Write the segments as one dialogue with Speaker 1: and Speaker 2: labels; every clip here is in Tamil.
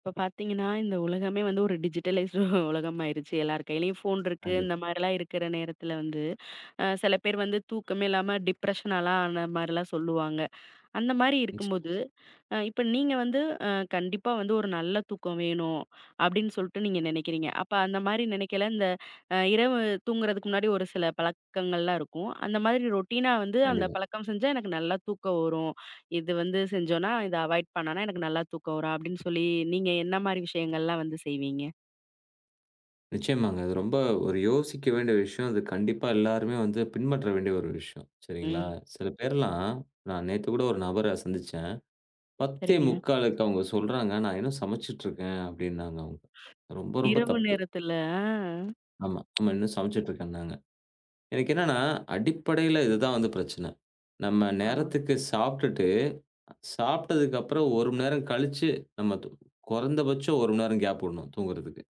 Speaker 1: இப்ப பார்த்தீங்கன்னா, இந்த உலகமே வந்து ஒரு டிஜிட்டலைஸ்டு உலகம் ஆயிருச்சு. எல்லார் கையிலயும் ஃபோன் இருக்கு. இந்த
Speaker 2: கண்டிப்பா.
Speaker 1: மாரிலாம் இருக்கிற நேரத்தில வந்து, சில பேர் வந்து தூக்கமே இல்லாம டிப்ரஷனாலாம் ஆன மாரிலாம் சொல்லுவாங்க. அந்த மாரி
Speaker 2: நிச்சயமா,
Speaker 1: இருக்கும்போது, இப்ப நீங்க வந்து அ கண்டிப்பா வந்து ஒரு நல்ல தூக்கம் வேணும் அப்டின்னு சொல்ட்டு நீங்க நெனைக்கிறீங்க. அப்ப அந்த மாரி நெனைக்கையில இந்த இரவு தூங்குறதுக்கு முன்னாடி ஒரு சில பழக்கங்கள்லாம் இருக்கும். அந்த மாதிரி ரொட்டீனா வந்து அந்த
Speaker 2: கண்டிப்பா.
Speaker 1: பழக்கம் செஞ்சா எனக்கு நல்லா தூக்கம் வரும். இது வந்து செஞ்சோன்னா, இத அவாய்ட் பண்ணனா எனக்கு நல்லா தூக்கம் வரும் அப்டின்னு சொல்லி நீங்க என்ன மாரி விஷயங்கள்லாம் வந்து செய்வீங்க?
Speaker 2: நிச்சயமாங்க. அது ரொம்ப ஒரு யோசிக்க வேண்டிய விஷயம். அது கண்டிப்பா எல்லாருமே வந்து பின்பற்ற வேண்டிய ஒரு விஷயம். சரிங்களா?
Speaker 1: ம்.
Speaker 2: சில பேர்லாம் நான் நேத்து கூட ஒரு நபர சந்திச்சேன்.
Speaker 1: சரிங்க.
Speaker 2: 10:45க்கு அவங்க சொல்றாங்க, "நான் இன்னும் சமைச்சுட்டுருக்கேன்" அப்படின்னாங்க அவங்க. ரொம்ப ரொம்ப ஐயோ!
Speaker 1: இரவு
Speaker 2: தப்பு.
Speaker 1: நேரத்துல ஆ.
Speaker 2: ஆமா. ஆமா. இன்னும் சமைச்சுட்டுருக்கேன்னாங்க. எனக்கு என்னன்னா, அடிப்படையில இதுதான் வந்து பிரச்சனை. நம்ம
Speaker 1: ஆ.
Speaker 2: நேரத்துக்கு சாப்ட்டுட்டு, சாப்ட்டதுக்கு அப்புறம் 1 மணி நேரம் கழிச்சு, நம்ம து குறைந்தபட்சம் 1 மணி நேரம் கேப் விடணும் தூங்குறதுக்கு.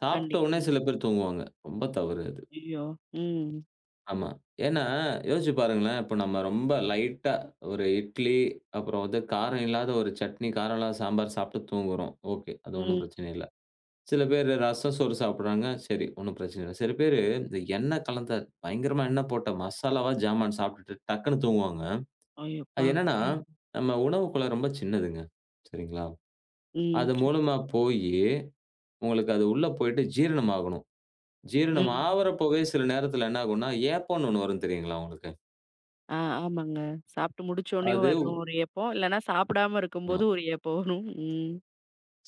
Speaker 2: சாப்பிட்ட உடனே
Speaker 1: கண்டிப்பாங்க.
Speaker 2: சில பேர் தூங்குவாங்க. ரொம்ப தவறு அது.
Speaker 1: ஐயோ! ம்.
Speaker 2: ஆமா. ஏன்னா, யோசிச்சு பாருங்களேன். இப்ப நம்ம ரொம்ப லைட்டா ஒரு இட்லி, அப்புறம் வந்து காரம் இல்லாத ஒரு சட்னி, காரம் இல்லாத சாம்பார் சாப்பிட்டு தூங்குறோம். ஓகே. அது ஒண்ணும்
Speaker 1: ம்.
Speaker 2: பிரச்சனை இல்ல. சில பேரு ரசம், சோறு சாப்பிடுறாங்க. சரி, ஒண்ணும் பிரச்சனை இல்ல. சில பேரு இந்த எண்ணெய் கலந்த, பயங்கரமா எண்ணெய் போட்ட மசாலாவா ஜாமான் சாப்பிட்டுட்டு டக்குன்னு தூங்குவாங்க.
Speaker 1: ஐயோ! அப்பா!
Speaker 2: அது என்னன்னா,
Speaker 1: ம்.
Speaker 2: நம்ம உணவு குழாய் ரொம்ப சின்னதுங்க. சரிங்களா?
Speaker 1: ம்.
Speaker 2: அது
Speaker 1: சரி.
Speaker 2: மூலமா போயி, உங்களுக்கு அது உள்ள போயிட்டு ஜீரணம் ஆகணும். ஜீரணம்
Speaker 1: ம்.
Speaker 2: ஆவறப்பவே சில நேரத்துல என்ன ஆகும்னா, ஏப்பம்ன்னு ஒண்ணு வரும் தெரியுங்களா உங்களுக்கு?
Speaker 1: ஆ ஆமாங்க. சாப்பிட்டு முடிச்சோனே
Speaker 2: அது
Speaker 1: வரும் ஒரு ஏப்பம். இல்லன்னா சாப்பிடாம
Speaker 2: ஆமா.
Speaker 1: இருக்கும்போது ஒரு ஏப்பம் வரும். ம்.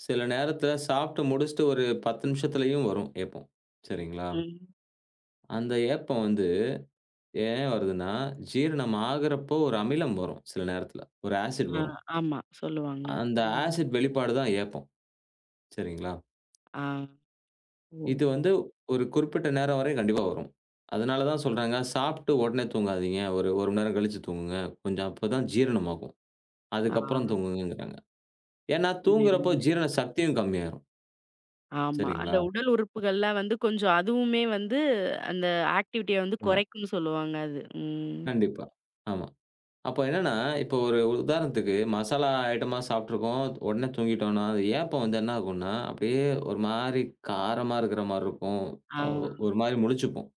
Speaker 2: சில நேரத்துல சாப்பிட்டு முடிச்சுட்டு ஒரு 10 நிமிஷத்துலயும் வரும் ஏப்பம். சரிங்களா?
Speaker 1: ம்.
Speaker 2: அந்த ஏப்பம் வந்து ஏன் வருதுன்னா, ஜீரணம் ஆகுறப்போ ஒரு அமிலம் வரும் சில நேரத்துல. ஒரு ஆசிட்
Speaker 1: ஆ
Speaker 2: வரும்.
Speaker 1: ஆமா. சொல்லுவாங்க.
Speaker 2: அந்த
Speaker 1: ம்.
Speaker 2: ஆசிட் வெளிப்பாடு தான் ஏப்பம். சரிங்களா?
Speaker 1: ஆ. ஓ!
Speaker 2: இது வந்து ஒரு குறிப்பிட்ட நேரம் வரை கண்டிப்பா வரும். அதனால தான் சொல்றாங்க, சாப்பிட்டு உடனே தூங்காதீங்க. ஒரு 1 மணி நேரம் கழிச்சு தூங்குங்க. கொஞ்சம் அப்பதான் ஜீரணமாகும்.
Speaker 1: ஆ.
Speaker 2: அதுக்கப்புறம் தூங்குங்கங்கிறாங்க. ஏன்னா, தூங்குறப்போ
Speaker 1: உண்மையாவேங்க.
Speaker 2: ஜீரண சக்தியும் கம்மியாயிரும்.
Speaker 1: ஆமா. அந்த
Speaker 2: சரிங்களா?
Speaker 1: உடல் உறுப்புகள்லாம் வந்து கொஞ்சம் அதுவுமே வந்து அந்த ஆக்டிவிட்டிய வந்து
Speaker 2: ஆமா.
Speaker 1: குறைக்கும்னு சொல்லுவாங்க அது. ம்.
Speaker 2: கண்டிப்பா. ஆமா. அப்போ என்னன்னா, இப்போ ஒரு உதாரணத்துக்கு மசாலா ஐட்டமா சாப்ட்டுருக்கோம். உடனே தூங்கிட்டோம்னா, அது ஏப்பம் வந்து என்ன ஆகும்னா, அப்படியே ஒரு மாரி காரமா இருக்கிற மாரி இருக்கும்.
Speaker 1: ஆ.
Speaker 2: அ ஒரு மாரி முழிச்சுப்போம்.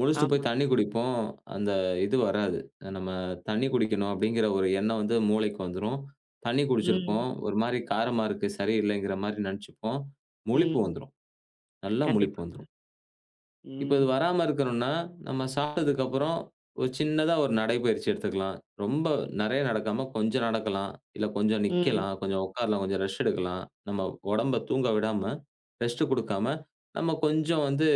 Speaker 2: முழிச்சுட்டு போய்
Speaker 1: ஆமாங்க.
Speaker 2: தண்ணி குடிப்போம். அந்த இது வராது. நம்ம தண்ணி குடிக்கணும் அப்படிங்கிற ஒரு எண்ணம் வந்து மூளைக்கு வந்துரும். தண்ணி
Speaker 1: ம்.
Speaker 2: குடிச்சிருப்போம். ஒரு மாரி காரமா இருக்கு, சரியில்லைங்கிற மாரி நெனச்சுப்போம். முழிப்பு
Speaker 1: ம்.
Speaker 2: வந்துரும். நல்லா முழிப்பு
Speaker 1: கண்டிப்பாங்க.
Speaker 2: வந்துரும். இப்ப இது
Speaker 1: ம்.
Speaker 2: வராம இருக்கணும்னா, நம்ம சாப்பிட்டதுக்கப்புறம் ஒரு சின்னதா ஒரு நடைப்பயிற்சி எடுத்துக்கலாம். ரொம்ப நெறைய நடக்காம கொஞ்சம் நடக்கலாம். இல்ல கொஞ்சம்
Speaker 1: ம்.
Speaker 2: நிக்கலாம், கொஞ்சம் உட்காரலாம், கொஞ்சம் ரெஸ்ட் எடுக்கலாம். நம்ம உடம்ப தூங்க விடாம, ரெஸ்ட் குடுக்காம, நம்ம கொஞ்சம் வந்து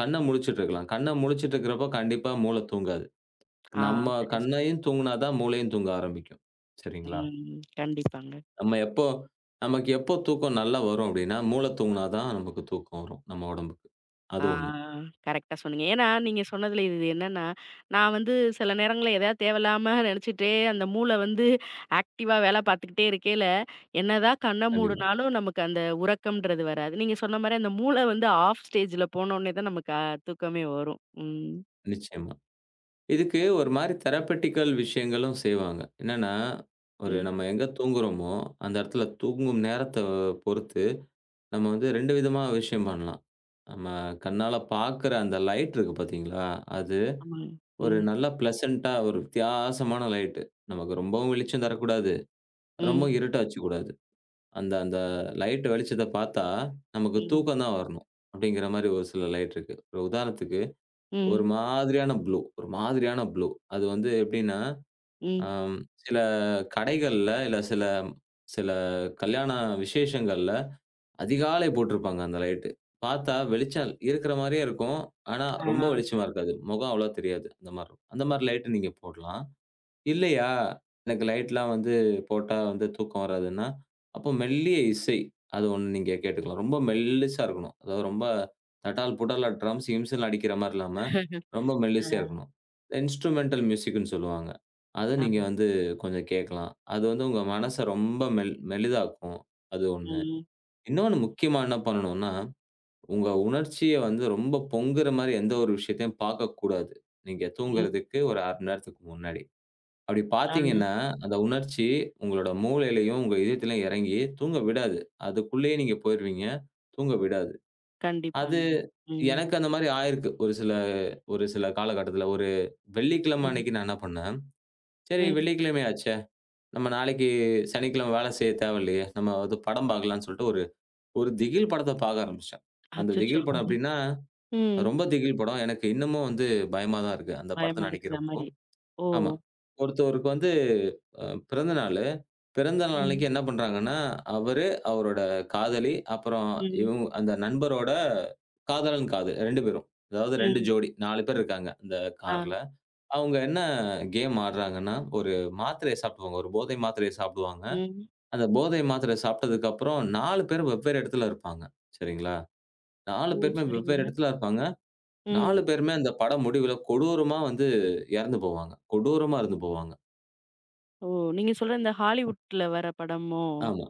Speaker 2: கண்ண முழிச்சுட்டு இருக்கலாம். கண்ண முழிச்சுட்டு இருக்கிறப்போ கண்டிப்பா மூள தூங்காது.
Speaker 1: ஆ
Speaker 2: நம்ம
Speaker 1: சரியா சொன்னீங்க.
Speaker 2: கண்ணையும் தூங்குனா தான் மூளையும் தூங்க ஆரம்பிக்கும். சரிங்களா?
Speaker 1: ம். கண்டிப்பாங்க.
Speaker 2: நம்ம எப்போ நமக்கு எப்போ தூக்கம் நல்லா வரும் அப்டின்னா, மூள தூங்குனா தான் நமக்கு தூக்கம் வரும், நம்ம உடம்புக்கு.
Speaker 1: ஆ
Speaker 2: அது ஒண்ணு.
Speaker 1: கரெக்ட்டா சொன்னீங்க. ஏன்னா, நீங்க சொன்னதுல இது என்னன்னா, நான் வந்து சில நேரங்கள்ல எதாவது தேவையில்லாம நெனச்சுட்டே அந்த மூளை வந்து ஆக்டிவா வேல பார்த்துக்கிட்டே இருக்கையில, என்னதான் கண்ண
Speaker 2: கண்டிப்பா.
Speaker 1: மூடுனாலும் நமக்கு அந்த உறக்கம்ன்றது வராது. நீங்க சொன்ன மாரி அந்த மூளை வந்து ஆஃப் ஸ்டேஜ்ல போனோனே தான் நமக்கு தூக்கமே வரும். ம்,
Speaker 2: நிச்சயமா. இதுக்கு ஒரு மாரி தெரபெட்டிக்கல் விஷயங்களும் செய்வாங்க. என்னன்னா, ஒரு
Speaker 1: ம்.
Speaker 2: நம்ம எங்க தூங்குறோமோ, அந்த இடத்துல தூங்கும் நேரத்த பொறுத்து, நம்ம வந்து 2 விதமா விஷயம் பண்ணலாம். நம்ம கண்ணால பார்க்குற அந்த லைட் இருக்கு பார்த்தீங்களா? அது
Speaker 1: ஆமாங்க.
Speaker 2: ஒரு
Speaker 1: ம்,
Speaker 2: நல்ல பிளசன்ட்டா ஒரு வித்தியாசமான லைட்டு. நமக்கு ரொம்பவும் வெளிச்சம் தரக்கூடாது. ரொம்ப
Speaker 1: ம்,
Speaker 2: இருட்டா வச்சுக்கூடாது. அந்த அந்த லைட் வெளிச்சத்த பார்த்தா, நமக்கு
Speaker 1: ம்,
Speaker 2: தூக்கம் தான் வரணும். அப்படிங்கிற மாரி ஒரு சில லைட் இருக்கு. ஒரு உதாரணத்துக்கு, ஒரு
Speaker 1: ம்,
Speaker 2: மாதிரியான ப்ளூ ஒரு மாதிரியான ப்ளூ. அது வந்து எப்படின்னா
Speaker 1: ம்.
Speaker 2: ஆம், சில கடைகள்ல, இல்ல சில சில கல்யாண விசேஷங்கள்ல அதிகாலை போட்டிருப்பாங்க அந்த லைட்டு. பார்த்தா வெளிச்சம் இருக்கிற மாரியே இருக்கும். ஆனா,
Speaker 1: ஆ.
Speaker 2: ரொம்ப வெளிச்சமா இருக்காது. முகம் அவ்வளவா தெரியாது. அந்த மாரி இருக்கும். அந்த மாரி லைட்டு நீங்க போடலாம். இல்லையா? எனக்கு லைட்லாம் வந்து போட்டா வந்து தூக்கம் வராதுன்னா, அப்போ மெல்லிய இசை. அது ஒண்ணு நீங்க கேட்டுக்கலாம். ரொம்ப மெல்லிசா இருக்கணும். அதாவது ரொம்ப தட்டால் புட்டாலா ட்ரம்ஸ், கிம்ஸ்லாம் அடிக்கிற மாரி இல்லாம, ரொம்ப மெல்லிசையா
Speaker 1: ஆ.
Speaker 2: இருக்கணும். இன்ஸ்ட்ருமென்டல் மியூசிக்ன்னு சொல்லுவாங்க. அத நீங்க
Speaker 1: ஆமா.
Speaker 2: வந்து கொஞ்சம் கேட்கலாம். அது வந்து உங்க மனச ரொம்ப மெலிதாக்கும். அது ஒண்ணு.
Speaker 1: ம்,
Speaker 2: இன்னொன்னு முக்கியமா என்ன பண்ணணும்னா, உங்க உணர்ச்சிய வந்து ரொம்ப பொங்குற மாரி எந்த ஒரு விஷயத்தையும் பார்க்கக்கூடாது. நீங்க
Speaker 1: ம்.
Speaker 2: தூங்குறதுக்கு ஒரு 1/2 மணி நேரத்துக்கு முன்னாடி. அப்படி
Speaker 1: ஆ.
Speaker 2: பார்த்தீங்கன்னா, அந்த உணர்ச்சி உங்களோட மூளையிலயும், உங்க இதயத்திலயும் இறங்கி தூங்க விடாது. அதுக்குள்ளேயே நீங்க போயிருவீங்க. தூங்க விடாது. அது
Speaker 1: கண்டிப்பாங்க. ம்,
Speaker 2: எனக்கு அந்த மாரி ஆயிருக்கு. ஒரு சில காலகட்டத்தில. ஒரு வெள்ளிக்கிழமை
Speaker 1: ம்,
Speaker 2: அன்னைக்கு நான் என்ன பண்ணேன், சரி
Speaker 1: ம்.
Speaker 2: வெள்ளிக்கிழமை ஆச்சே! நம்ம நாளைக்கு சனிக்கிழமை வேலை செய்ய தேவையில்லையே! நம்ம அது படம் பார்க்கலான்னு சொல்லிட்டு ஒரு ஒரு திகில் படத்த பார்க்க ஆரம்பிச்சேன். அந்த
Speaker 1: அச்சச்சோ!
Speaker 2: திகில் படம் எப்படின்னா,
Speaker 1: ம்.
Speaker 2: ரொம்ப திகில் படம். எனக்கு இன்னமும் வந்து பயமா தான் இருக்கு. அந்த
Speaker 1: பயமா
Speaker 2: படத்த
Speaker 1: இருக்குற
Speaker 2: நெனைக்கிறப்போ.
Speaker 1: மாரி. ஓ!
Speaker 2: ஆமா. ஒருத்தவருக்கு வந்து அ பிறந்த நாளு. பிறந்த நாள் அன்னைக்கு
Speaker 1: ம்.
Speaker 2: என்ன பண்றாங்கன்னா, அவரு, அவரோட காதலி, அப்புறம்
Speaker 1: ம்.
Speaker 2: இவங்க அந்த நண்பரோட காதலன் காதல் 2 பேரும். அதாவது 2
Speaker 1: ம்.
Speaker 2: ஜோடி 4 பேர் இருக்காங்க அந்த
Speaker 1: ஆ.
Speaker 2: கார்ல. அவங்க என்ன கேம் ஆடுறாங்கன்னா, ஒரு மாத்திரைய சாப்பிடுவாங்க. ஒரு போதை மாத்திரைய சாப்பிடுவாங்க.
Speaker 1: ம்.
Speaker 2: அந்த போதை மாத்திரைய சாப்பிட்டதுக்கப்புறம் 4 பேரும் வெவ்வேறு இடத்துல இருப்பாங்க. சரிங்களா? 4
Speaker 1: ஓ!
Speaker 2: பேருமே
Speaker 1: சரிங்க.
Speaker 2: வெவ்வேறு இடத்துல இருப்பாங்க.
Speaker 1: ம்.
Speaker 2: 4 பேருமே அந்த படம் முடிவுல கொடூரமா வந்து இறந்து போவாங்க. கொடூரமா இறந்து போவாங்க.
Speaker 1: ஓ! நீங்க சொல்ற இந்த ஹாலிவுட்ல வர படமோ?
Speaker 2: ஆமா.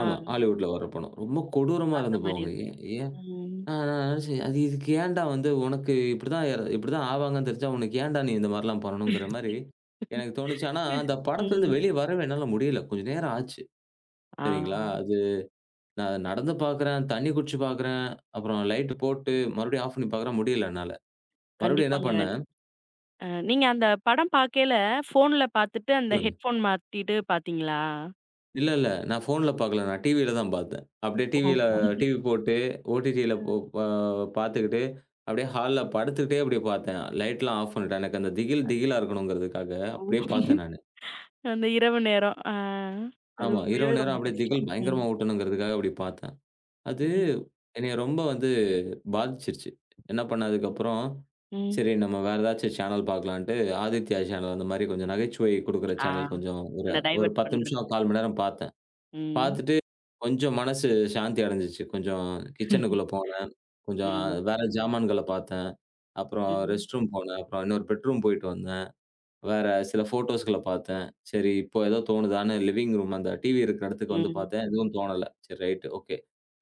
Speaker 2: ஆமா.
Speaker 1: ஆ
Speaker 2: ஹாலிவுட்ல வர்ற படம். ரொம்ப கொடூரமா
Speaker 1: பார்த்த
Speaker 2: இருந்து
Speaker 1: மாரி
Speaker 2: போகுங்க.
Speaker 1: இருக்கு.
Speaker 2: ஏன் ஏன்
Speaker 1: ம்.
Speaker 2: நான் நினைச்சேன், அது இதுக்கு ஏன்டா வந்து உனக்கு இப்படிதான் இப்படிதான் ஆவாங்கன்னு தெரிஞ்சா உனக்கு ஏன்டா நீ இந்த மாரிலாம் பண்ணணுங்கிற மாரி எனக்கு தோணுச்சு. ஆனா அந்த படத்துலருந்து
Speaker 1: ம்.
Speaker 2: வெளிய வரவே என்னால முடியல. கொஞ்சம் நேரம் ஆச்சு. சரிங்களா?
Speaker 1: ஆ
Speaker 2: அது நான் நடந்து பார்க்குறேன், தண்ணி குடிச்சு பார்க்குறேன், அப்புறம் லைட் போட்டு மறுபடியும் ஆஃப் பண்ணி பார்க்குறேன் முடியல என்னால. மறுபடியும் என்ன
Speaker 1: கண்டிப்பாங்க.
Speaker 2: பண்ணேன்
Speaker 1: நீங்க அந்த படம் பார்க்கையில ஃபோன்ல பார்த்துட்டு அந்த
Speaker 2: சொல்லுங்க.
Speaker 1: ஹெட்ஃபோன் மாட்டிட்டு பார்த்தீங்களா?
Speaker 2: இல்ல, இல்ல. நான் ஃபோன்ல பார்க்கல. நான் டிவில தான் பார்த்தேன். அப்படியே
Speaker 1: ஓ!
Speaker 2: டிவில டிவி போட்டு ஓடிடில போ
Speaker 1: அ.
Speaker 2: ப பார்த்துக்கிட்டு, அப்படியே ஹால்ல படுத்துக்கிட்டே அப்படியே பார்த்தேன். லைட்லாம் ஆஃப் பண்ணிட்டேன். எனக்கு அந்த திகில் திகிலா இருக்கணுங்கிறதுக்காக
Speaker 1: ஓ!
Speaker 2: அப்படியே பார்த்தேன் நானு.
Speaker 1: அந்த இரவு நேரம். ஆ அது
Speaker 2: ஆமா. இரவு
Speaker 1: உண்மையாவே
Speaker 2: நேரம்
Speaker 1: ரொம்ப
Speaker 2: அப்படியே
Speaker 1: கஷ்டம்.
Speaker 2: திகில்
Speaker 1: ம்.
Speaker 2: பயங்கரமா ஊட்டணுங்கிறதுக்காக அப்படி பார்த்தேன். அது
Speaker 1: ம்.
Speaker 2: என்னைய ரொம்ப வந்து பாதிச்சிருச்சு. என்ன பண்ணேன் அதுக்கப்புறம்,
Speaker 1: ம்.
Speaker 2: சரி நம்ம வேற ஏதாச்சும் சேனல் பார்க்கலான்ட்டு, ஆதித்யா சேனல் அந்த மாரி கொஞ்சம் நகைச்சுவை குடுக்குற
Speaker 1: ஆ
Speaker 2: சேனல் கொஞ்சம் ஒரு
Speaker 1: அந்த
Speaker 2: ஒரு
Speaker 1: டைவர்ட்
Speaker 2: 10 நிமிஷம்,
Speaker 1: பண்றதுக்கு.
Speaker 2: 1/4 மணி நேரம் பார்த்தேன்.
Speaker 1: ம்.
Speaker 2: பாத்துட்டு கொஞ்சம் மனசு சாந்தி அடைஞ்சுச்சு. கொஞ்சம் கிச்சனுக்குள்ள போனேன். கொஞ்சம்
Speaker 1: ம்.
Speaker 2: வேற ஜாமான்கள பார்த்தேன். அப்புறம்
Speaker 1: ம்.
Speaker 2: ரெஸ்ட் ரூம் போனேன். அப்புறம் இன்னொரு பெட்ரூம் போயிட்டு வந்தேன். வேற சில ஃபோட்டோஸ்கள பார்த்தேன். சரி இப்போ ஏதோ தோணுதான்னு லிவிங் ரூம் அந்த டிவி இருக்கிற இடத்துக்கு வந்து
Speaker 1: ம்.
Speaker 2: பார்த்தேன். எதுவும் தோணல. சரி ரைட் ஓகே.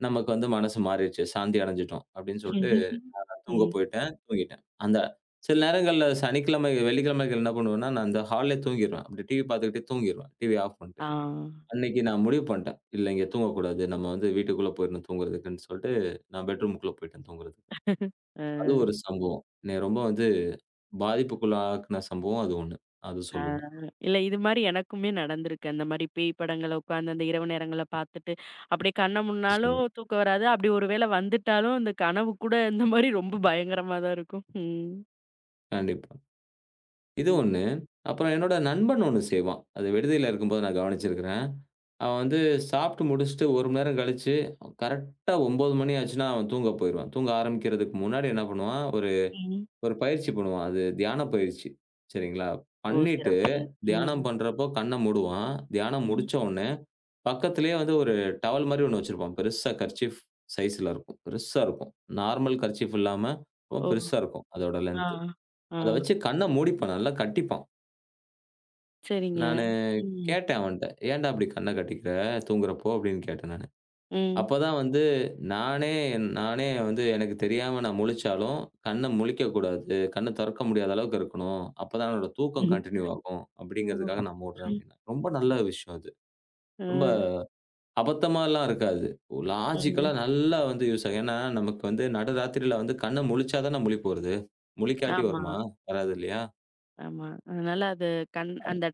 Speaker 2: நமக்கு வந்து மனசு மாறிடுச்சு. சாந்தி அடைஞ்சுட்டோம் அப்படின்னு சொல்லிட்டு தூங்க
Speaker 1: ம்.
Speaker 2: போயிட்டேன். தூங்கிட்டேன். அந்த சில நேரங்கள்ல சனிக்கிழமை, வெள்ளிக்கிழமைகள் என்ன பண்ணுவேன்னா, நான் அந்த ஹால்லயே தூங்கிருவேன். அப்படி டிவி பார்த்துக்கிட்டே தூங்கிருவேன். டிவி ஆஃப் பண்ணிட்டு.
Speaker 1: ஆ.
Speaker 2: அன்னைக்கு நான் முடிவு பண்ணிட்டேன். இல்லைங்க தூங்கக்கூடாது. நம்ம வந்து வீட்டுக்குள்ள போயிரணும் தூங்குறதுக்குன்னு சொல்ட்டு, நான் பெட்ரூம்க்குள்ள போயிட்டேன் தூங்குறதுக்கு.
Speaker 1: அ,
Speaker 2: அது ஒரு சம்பவம். என்னைய ரொம்ப வந்து பாதிப்புக்குள்ளாக்குன சம்பவம் அது ஒண்ணு. அது
Speaker 1: ஆ.
Speaker 2: சொல்லுவேன்.
Speaker 1: இல்ல இது மாரி எனக்குமே நடந்திருக்கு. அந்த மாரி பேய் படங்கள உட்கார்ந்து அந்த இரவு நேரங்கள்ல பார்த்துட்டு, அப்படியே கண்ண மூடுனாலும்
Speaker 2: நிச்சயமா.
Speaker 1: தூக்கம் வராது. அப்படி ஒரு வேளை வந்துட்டாலும், அந்த கனவு கூட இந்த மாரி ரொம்ப பயங்கரமா தான் இருக்கும். ம்.
Speaker 2: கண்டிப்பா. இது
Speaker 1: ம்.
Speaker 2: ஒண்ணு. அப்புறம் என்னோட நண்பன் ஒண்ணு செய்வான். அது விடுதியில இருக்கும்போது நான் கவனிச்சிருக்கிறேன். அவன் வந்து சாப்ட்டு முடிச்சுட்டு 1 மணி நேரம் கழிச்சு, கரெக்ட்டா 9 மணி ஆச்சுன்னா அவன் தூங்க போயிருவான். தூங்க ஆரம்பிக்கிறதுக்கு முன்னாடி என்ன பண்ணுவான்?
Speaker 1: ம்.
Speaker 2: ஒரு பயிற்சி பண்ணுவான். அது தியான பயிற்சி. சரிங்களா?
Speaker 1: ஓ!
Speaker 2: பண்ணிட்டு,
Speaker 1: சிறப்பு. ம்.
Speaker 2: தியானம் பண்றப்போ கண்ண மூடுவான். தியானம்
Speaker 1: ம்.
Speaker 2: முடிச்ச உடனே, பக்கத்திலேயே வந்து ஒரு டவல் மாரி ஒண்ணு வச்சிருப்பான். பெருசா கர்ச்சீஃப் சைஸ்ல இருக்கும். பெருசா இருக்கும். நார்மல் கர்ச்சீஃப் இல்லாம, ரொம்ப
Speaker 1: ஓ!
Speaker 2: பெருசா இருக்கும். அதோட
Speaker 1: ஆ.
Speaker 2: லென்த்.
Speaker 1: ஆ.
Speaker 2: அத வச்சு கண்ண மூடிப்பான். நல்லா கட்டிப்பான்.
Speaker 1: சரிங்க.
Speaker 2: நானு
Speaker 1: ம்.
Speaker 2: கேட்டேன் அவன்ட்ட. "ஏன்டா இப்படி கண்ண கட்டிக்கிற? தூங்குறப்போ" அப்படின்னு கேட்டேன் நானு.
Speaker 1: ம்.
Speaker 2: அப்பதான் வந்து நானே நானே வந்து எனக்கு தெரியாம நான் முழிச்சாலும், கண்ண முழிக்கக்கூடாது. கண்ண தொறக்க முடியாத அளவுக்கு இருக்கணும். அப்பதான் என்னோட தூக்கம்
Speaker 1: ம்.
Speaker 2: கன்டின்யூ ஆகும்.
Speaker 1: ஓ!
Speaker 2: அப்படிங்கிறதுக்காக நான் மூடுறேன்
Speaker 1: ம்.
Speaker 2: அப்படின்னா. ரொம்ப நல்ல விஷயம் அது.
Speaker 1: அ.
Speaker 2: ரொம்ப அபத்தமாலாம் இருக்காது.
Speaker 1: ம்.
Speaker 2: லாஜிக்கலா நல்லா வந்து யூஸ் ஆகும். ஏன்னா, நமக்கு வந்து நடுராத்திரியில வந்து கண்ண முழிச்சா தான முழிப்பு வருது. முழிக்காட்டி
Speaker 1: ஆமா.
Speaker 2: வருமா? வராது இல்லையா?
Speaker 1: ஆமா. அதனால அது கண் அந்த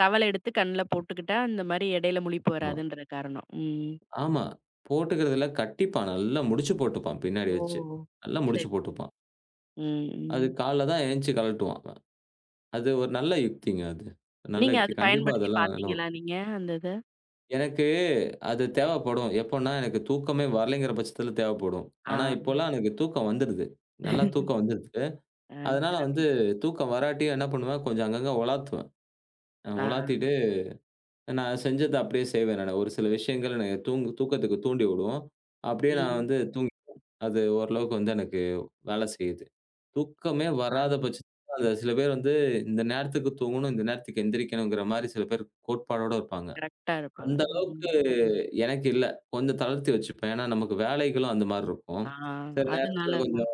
Speaker 1: டவல எடுத்து கண்ல போட்டுக்கிட்டா, இந்த மாரி இடையில முழிப்பு
Speaker 2: ஆமா.
Speaker 1: வராதுன்ற காரணம். ம்.
Speaker 2: ஆமா. போட்டுக்கிறதுல கட்டிப்பான். நல்லா முடிச்சு போட்டுப்பான் பின்னாடி
Speaker 1: ஓ!
Speaker 2: வச்சு. நல்லா
Speaker 1: சரி,
Speaker 2: முடிச்சு
Speaker 1: சரி.
Speaker 2: போட்டுப்பான்.
Speaker 1: ம்,
Speaker 2: அது
Speaker 1: ம்.
Speaker 2: காலைல தான் எந்திச்சு கழட்டுவான். அது ஒரு நல்ல யுக்திங்க அது. நல்ல
Speaker 1: நீங்க
Speaker 2: யுக்தி.
Speaker 1: அது
Speaker 2: கண்டிப்பா
Speaker 1: பயன்படுத்தி
Speaker 2: அதெல்லாம் நல்லா
Speaker 1: பார்த்தீங்களா
Speaker 2: ஒர்க்
Speaker 1: நீங்க அந்த இத?
Speaker 2: எனக்கு அது தேவைப்படும். எப்பன்னா எனக்கு தூக்கமே வரலைங்கிற பட்சத்தில தேவைப்படும்.
Speaker 1: ஆ.
Speaker 2: ஆனா, இப்போலாம் எனக்கு தூக்கம் வந்துடுது. நல்லா தூக்கம் வந்துடுது.
Speaker 1: ஆ
Speaker 2: அதனால வந்து
Speaker 1: சிறப்பு.
Speaker 2: தூக்கம் வராட்டியும் என்ன பண்ணுவேன், கொஞ்சம் அங்கங்க உலாத்துவேன்.
Speaker 1: ஆ.
Speaker 2: உலாத்திட்டு நான் செஞ்சத அப்படியே செய்வேன் நானு. ஒரு சில விஷயங்கள் என்னைய தூக்கத்துக்கு தூண்டிவிடும். அப்படியே நான்
Speaker 1: ம்.
Speaker 2: வந்து தூங்கி அது ஓரளவுக்கு வந்து எனக்கு வேலை செய்யுது. தூக்கமே
Speaker 1: ஆ.
Speaker 2: வராத பட்சத்தில அந்த சில பேர் வந்து இந்த நேரத்துக்கு தூங்கணும், இந்த நேரத்துக்கு எந்திரிக்கணுங்கிற மாரி சில பேர் கோட்பாடோட இருப்பாங்க.
Speaker 1: கரெக்ட்டா இருப்பாங்க.
Speaker 2: அந்த
Speaker 1: ம்.
Speaker 2: அளவுக்கு எனக்கு இல்ல. கொஞ்சம் தளர்த்தி வச்சுப்பேன். ஏன்னா நமக்கு வேலைகளும் அந்த மாரி இருக்கும்.
Speaker 1: ஆ
Speaker 2: சில நேரத்தில
Speaker 1: அதனாலமா.
Speaker 2: கொஞ்சம்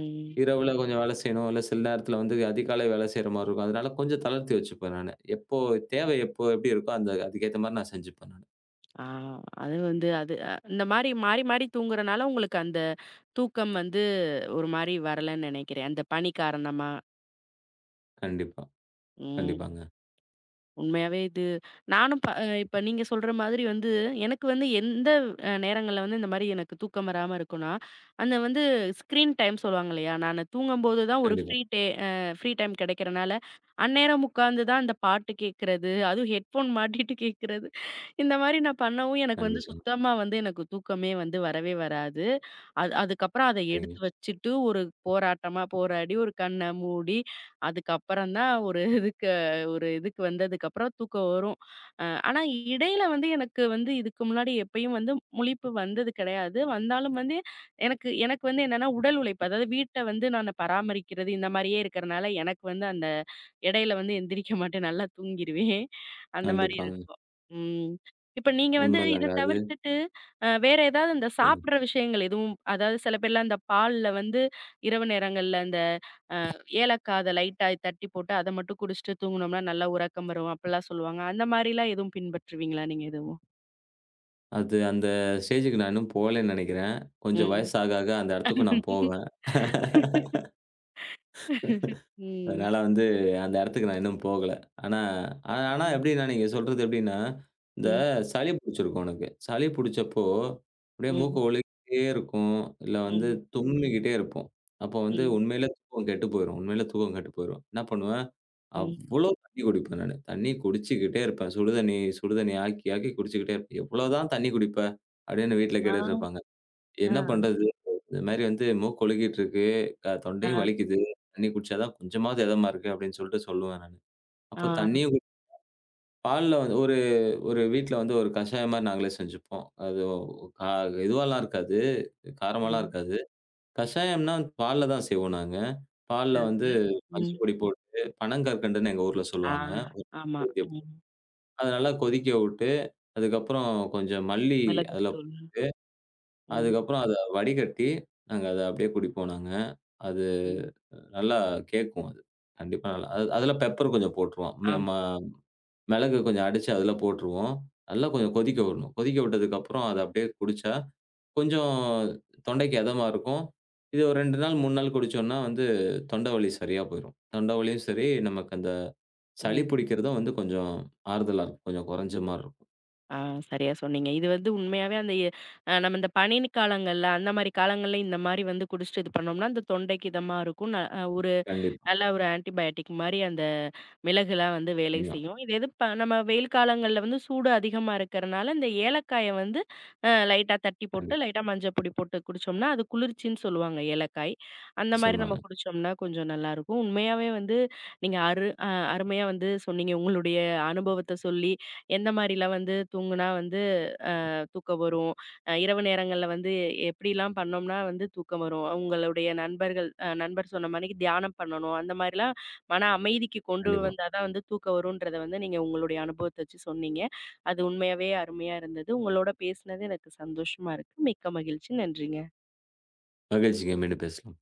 Speaker 1: ம்.
Speaker 2: இரவுல கொஞ்சம் வேலை செய்யணும். இல்ல சில நேரத்தில வந்து அதிகாலை வேலை செய்ற மாரி இருக்கும். அதனால கொஞ்சம் தளர்த்தி வச்சுப்பேன் நானு. எப்போ தேவை எப்போ எப்படி இருக்கோ அந்த அதுக்கேத்த மாரி நான் செஞ்சுப்பேன் நானு.
Speaker 1: ஆ அது வந்து அது இந்த மாரி மாறி, மாறி தூங்குறனால உங்களுக்கு அந்த தூக்கம் வந்து ஒரு மாரி வரலன்னு நெனைக்கிறேன். அந்த பணி காரணமா.
Speaker 2: கண்டிப்பா.
Speaker 1: ம்.
Speaker 2: கண்டிப்பாங்க.
Speaker 1: உண்மையாவே இது நானும் ப இப்ப நீங்க சொல்ற மாதிரி வந்து, எனக்கு வந்து எந்த நேரங்கள்ல வந்து இந்த மாரி எனக்கு தூக்கம் வராம இருக்கும்னா, அந்த வந்து ஸ்க்ரீன் டைம் சொல்லுவாங்க இல்லையா? நானு தூங்கும்போது தான் ஒரு
Speaker 2: கண்டிப்பா,
Speaker 1: ஃப்ரீ டே ஃப்ரீ டைம் கிடைக்கிறனால, அந்நேரம் உட்கார்ந்து தான் அந்த பாட்டு கேட்கறது, அதுவும் ஹெட்ஃபோன் மாட்டிட்டு கேட்கறது, இந்த மாரி நான் பண்ணவும் எனக்கு வந்து
Speaker 2: கண்டிப்பாங்க.
Speaker 1: சுத்தமா வந்து எனக்கு தூக்கமே வந்து வரவே வராது. அது அதுக்கப்புறம் அத
Speaker 2: சரிங்க.
Speaker 1: எடுத்து வச்சுட்டு ஒரு போராட்டமா போராடி, ஒரு கண்ண மூடி, அதுக்கப்புறம் தான் ஒரு இதுக்கு வந்ததுக்கப்புறம் தூக்கம் வரும். அ ஆனா இடையில வந்து எனக்கு வந்து இதுக்கு முன்னாடி எப்பயும் வந்து முழிப்பு வந்தது கிடையாது. வந்தாலும் வந்து எனக்கு எனக்கு வந்து என்னன்னா உடல் உழைப்பு, அதாவது வீட்ட வந்து நானு பராமரிக்கிறது இந்த மாரியே இருக்கிறனால, எனக்கு வந்து அந்த இடையில வந்து எந்திரிக்க மாட்டேன். நல்லா தூங்கிருவேன். அந்த மாரி
Speaker 2: கண்டிப்பாங்க.
Speaker 1: இருக்கும். ம். இப்ப நீங்க வந்து இத
Speaker 2: உண்மைதாங்க
Speaker 1: தவிர்த்துட்டு, வேற ஏதாவது இந்த
Speaker 2: அது.
Speaker 1: சாப்பிடுற விஷயங்கள் எதுவும் அதாவது சில பேர்லாம் இந்த பால்ல வந்து இரவு நேரங்கள்ல அந்த ஏலக்காய் அத லைட்டா தட்டி போட்டு அத மட்டும் குடிச்சுட்டு தூங்குனோம்னா, நல்லா உறக்கம் வரும். அப்பலாம் சொல்லுவாங்க. அந்த மாரிலாம் எதுவும் பின்பற்றுவீங்களா நீங்க எதுவும்?
Speaker 2: அது அந்த ஸ்டேஜ்க்கு நான் இன்னும் போகலன்னு நெனைக்கிறேன். கொஞ்சம்
Speaker 1: ம்.
Speaker 2: வயசு ஆக, ஆக அந்த இடத்துக்கும் நான் போவேன்.
Speaker 1: ம்.
Speaker 2: அதனால வந்து அந்த இடத்துக்கு நான் இன்னும் போகல. ஆனா ஆனா
Speaker 1: ம்.
Speaker 2: எப்படின்னா, நீங்க சொல்றது எப்படின்னா, இந்த
Speaker 1: ம்.
Speaker 2: சளி புடிச்சிருக்கும் எனக்கு. சளி புடிச்சப்போ, அப்படியே மூக்கு
Speaker 1: ம்.
Speaker 2: ஒலிக்கிட்டே இருக்கும். இல்ல வந்து
Speaker 1: ம்.
Speaker 2: தும்மிக்கிட்டே இருப்போம். அப்போ வந்து
Speaker 1: ம்.
Speaker 2: உண்மையிலே தூக்கம் கெட்டு போயிரும். உண்மையிலே தூக்கம் கெட்டு போயிரும். என்ன பண்ணுவேன்,
Speaker 1: ம்.
Speaker 2: அவ்வளோ தண்ணீ குடிப்பேன் நானு. தண்ணீ குடிச்சுக்கிட்டே இருப்பேன். சுடுதண்ணீ சுடுதண்ணீ ஆக்கி, ஆக்கி குடிச்சுக்கிட்டே இருப்பேன். "எவ்வளோ தான் தண்ணீ குடிப்ப?" அப்படின்னு வீட்ல கேட்டுட்டு
Speaker 1: ஆ.
Speaker 2: இருப்பாங்க. என்ன
Speaker 1: ஆ.
Speaker 2: பண்றது? இந்த மாரி வந்து மூக்கு ஒழுகிட்டு இருக்கு. தொண்டையும்
Speaker 1: ஆ.
Speaker 2: வலிக்குது. தண்ணி குடிச்சா தான் கொஞ்சமாவது எதமா இருக்கு அப்படின்னு சொல்லிட்டு சொல்லுவேன் நானு.
Speaker 1: ஆ.
Speaker 2: அப்போ தண்ணியும் குடி பால்ல வந்து ஒரு ஒரு வீட்ல வந்து ஒரு கஷாயம் மாரி நாங்களே செஞ்சுப்போம். அது ஒ- கா இதுவாலாம் இருக்காது.
Speaker 1: ஆ.
Speaker 2: காரமாலாம் இருக்காது. கஷாயம்னா பால்ல தான் செய்வோம் நாங்க. பால்ல வந்து
Speaker 1: இருக்கு. ம்.
Speaker 2: மஞ்சப்பொடி போட்டு பனங்கற்கண்டுன்னு எங்க ஊர்ல
Speaker 1: ஆ.
Speaker 2: சொல்லுவாங்க.
Speaker 1: ஆமா. ம்.
Speaker 2: அத நல்லா கொதிக்க விட்டு, அதுக்கப்புறம் கொஞ்சம் மல்லி அதுல
Speaker 1: மிளகுத்தூள். ம்.
Speaker 2: அதுக்கப்புறம் அத வடிகட்டி, நாங்க அத அப்படியே குடிப்போம் நாங்க. அது
Speaker 1: ம்.
Speaker 2: நல்லா கேட்கும் அது. கண்டிப்பா நல்லா அது அதுல பெப்பர் கொஞ்சம் போட்டுருவோம். மெ ம
Speaker 1: ஆமா.
Speaker 2: மிளகு கொஞ்சம் அடிச்சு அதுல போட்டுருவோம். நல்லா கொஞ்சம் கொதிக்க விடணும். கொதிக்க விட்டதுக்கப்புறம் அத அப்படியே குடிச்சா, கொஞ்சம் தொண்டைக்கு எதமா இருக்கும். இது ஒரு 2 நாள்,
Speaker 1: ம்.
Speaker 2: 3 நாள் குடிச்சோம்னா வந்து தொண்டை வலி சரியா போயிரும். தொண்டை வலியும் சரி, நமக்கு அந்த சளி
Speaker 1: ம்.
Speaker 2: பிடிக்கிறதும் வந்து கொஞ்சம் ஆறுதலா இருக்கும். கொஞ்சம் குறைஞ்ச மாரி இருக்கும்.
Speaker 1: ஆ சரியா சொன்னீங்க. இது வந்து உண்மையாவே அந்த எ நம்ம இந்த பனி காலங்கள்ல, அந்த மாரி காலங்கள்ல இந்த மாரி வந்து குடிச்சுட்டு இது பண்ணோம்னா, அந்த தொண்டைக்கு இதமா இருக்கும். ந அ ஒரு
Speaker 2: கண்டிப்பா.
Speaker 1: நல்லா ஒரு ஆன்டிபயாட்டிக் மாரி அந்த மிளகுலாம் வந்து வேலை
Speaker 2: நிச்சயமா.
Speaker 1: செய்யும். இது எது ப நம்ம வெயில் காலங்கள்ல வந்து சூடு அதிகமா இருக்கறனால, இந்த ஏலக்காய வந்து லைட்டா தட்டி போட்டு,
Speaker 2: கண்டிப்பா.
Speaker 1: லைட்டா மஞ்சள் பொடி போட்டு குடிச்சோம்னா, அது குளிர்ச்சின்னு சொல்லுவாங்க ஏலக்காய். அந்த மாரி நம்ம
Speaker 2: நிச்சயமாங்க.
Speaker 1: குடிச்சோம்னா கொஞ்சம் நல்லாருக்கும். உண்மையாவே வந்து நீங்க அரு அ அருமையா வந்து சொன்னீங்க. உங்களுடைய அனுபவத்த சொல்லி, எந்த மாரிலாம் வந்து தூங்குனா வந்து தூக்கம் வரும். இரவு நேரங்கள்ல வந்து எப்படிலாம் பண்ணோம்னா வந்து தூக்கம் வரும். உங்களுடைய நண்பர்கள் அ நண்பர் சொன்ன மாணிக்கு தியானம் பண்ணணும். அந்த மாரிலாம் மன அமைதிக்கு கொண்டு
Speaker 2: கண்டிப்பா.
Speaker 1: வந்தா தான் வந்து தூக்கம் வரும்ன்றத வந்து நீங்க உங்களுடைய அனுபவத்த வச்சு சொன்னீங்க. அது உண்மையாவே அருமையா இருந்தது. உங்களோட பேசினது எனக்கு சந்தோஷமா இருக்கு. மிக்க மகிழ்ச்சி. நன்றிங்க.
Speaker 2: மகிழ்ச்சிங்க. மீண்டும் பேசலாம்.